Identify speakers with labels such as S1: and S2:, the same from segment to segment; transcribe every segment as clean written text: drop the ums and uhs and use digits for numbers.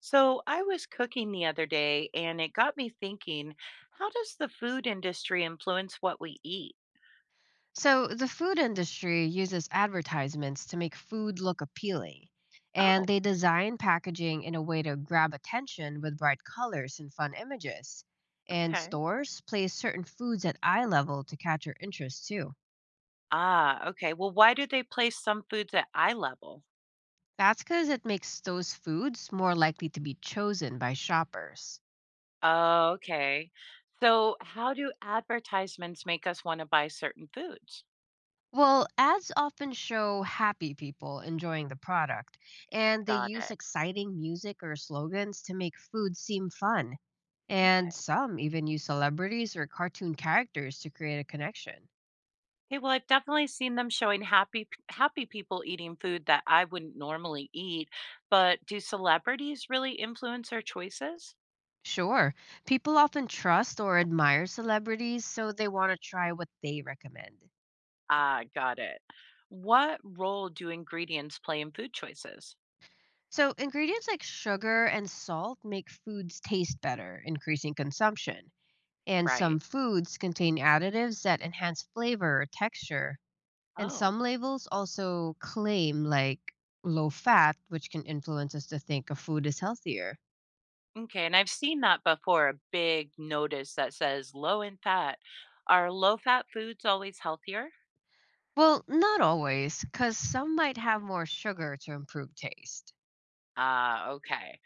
S1: So I was cooking the other day and it got me thinking, how does the food industry influence what we eat?
S2: So, the food industry uses advertisements to make food look appealing, and
S1: Oh,
S2: they design packaging in a way to grab attention with bright colors and fun images. And
S1: okay.
S2: stores place certain foods at eye level to catch your interest too.
S1: Ah, okay. Well, why do they place some foods at eye level?
S2: That's because it makes those foods more likely to be chosen by shoppers.
S1: Oh, okay. So how do advertisements make us want to buy certain foods?
S2: Well, ads often show happy people enjoying the product, and they
S1: Got
S2: use
S1: it.
S2: exciting music or slogans to make food seem fun. And some even use celebrities or cartoon characters to create a connection.
S1: Okay, well, I've definitely seen them showing happy people eating food that I wouldn't normally eat, but do celebrities really influence our choices?
S2: Sure, people often trust or admire celebrities, so they want to try what they recommend.
S1: Ah, got it. What role do ingredients play in food choices?
S2: So, ingredients like sugar and salt make foods taste better, increasing consumption. And
S1: Right.
S2: some foods contain additives that enhance flavor or texture. And
S1: Oh,
S2: some labels also claim like low fat, which can influence us to think a food is healthier.
S1: okay. And I've seen that before, a big notice that says low in fat. Are low fat foods always healthier?
S2: Well, not always, because some might have more sugar to improve taste.
S1: Ah, okay.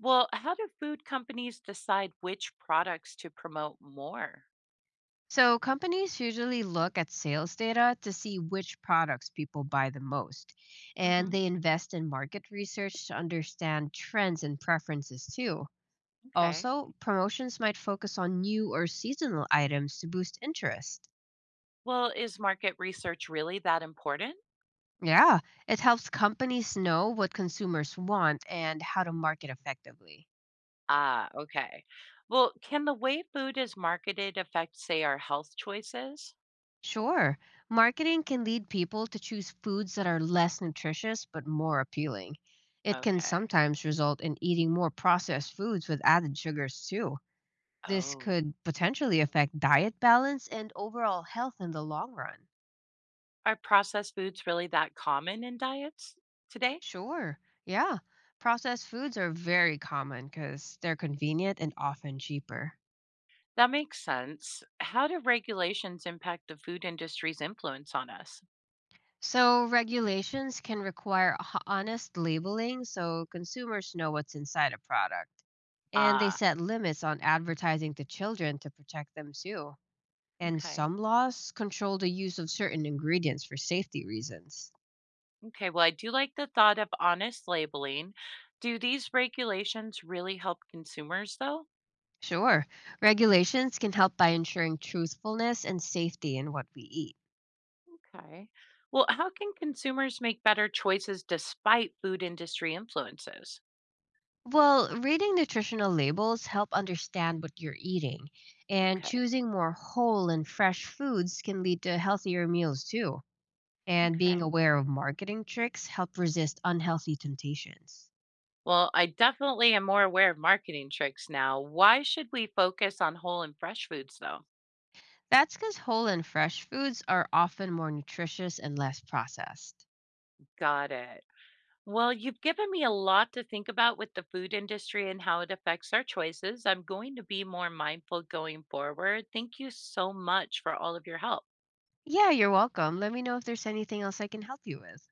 S1: Well, how do food companies decide which products to promote more?
S2: So companies usually look at sales data to see which products people buy the most. And
S1: Hmm.
S2: they invest in market research to understand trends and preferences too.
S1: Okay.
S2: Also, promotions might focus on new or seasonal items to boost interest.
S1: Well, is market research really that important?
S2: Yeah, it helps companies know what consumers want and how to market effectively.
S1: Ah, okay. Well, can the way food is marketed affect, say, our health choices?
S2: Sure, marketing can lead people to choose foods that are less nutritious but more appealing. It can
S1: Okay.
S2: sometimes result in eating more processed foods with added sugars, too. This
S1: Oh,
S2: could potentially affect diet balance and overall health in the long run.
S1: are processed foods really that common in diets today?
S2: Sure, yeah. Processed foods are very common because they're convenient and often cheaper.
S1: That makes sense. How do regulations impact the food industry's influence on us?
S2: So, regulations can require honest labeling so consumers know what's inside a product. And they
S1: Ah,
S2: set limits on advertising to children to protect them too. And
S1: okay.
S2: some laws control the use of certain ingredients for safety reasons.
S1: Okay, well, I do like the thought of honest labeling. Do these regulations really help consumers, though?
S2: Sure, regulations can help by ensuring truthfulness and safety in what we eat.
S1: Okay. Well, how can consumers make better choices despite food industry influences?
S2: Well, reading nutritional labels help understand what you're eating, and
S1: Okay,
S2: choosing more whole and fresh foods can lead to healthier meals too. And being
S1: okay.
S2: aware of marketing tricks help resist unhealthy temptations.
S1: Well, I definitely am more aware of marketing tricks now. Why should we focus on whole and fresh foods though?
S2: That's because whole and fresh foods are often more nutritious and less processed.
S1: Got it. Well, you've given me a lot to think about with the food industry and how it affects our choices. I'm going to be more mindful going forward. Thank you so much for all of your help.
S2: Yeah, you're welcome. Let me know if there's anything else I can help you with.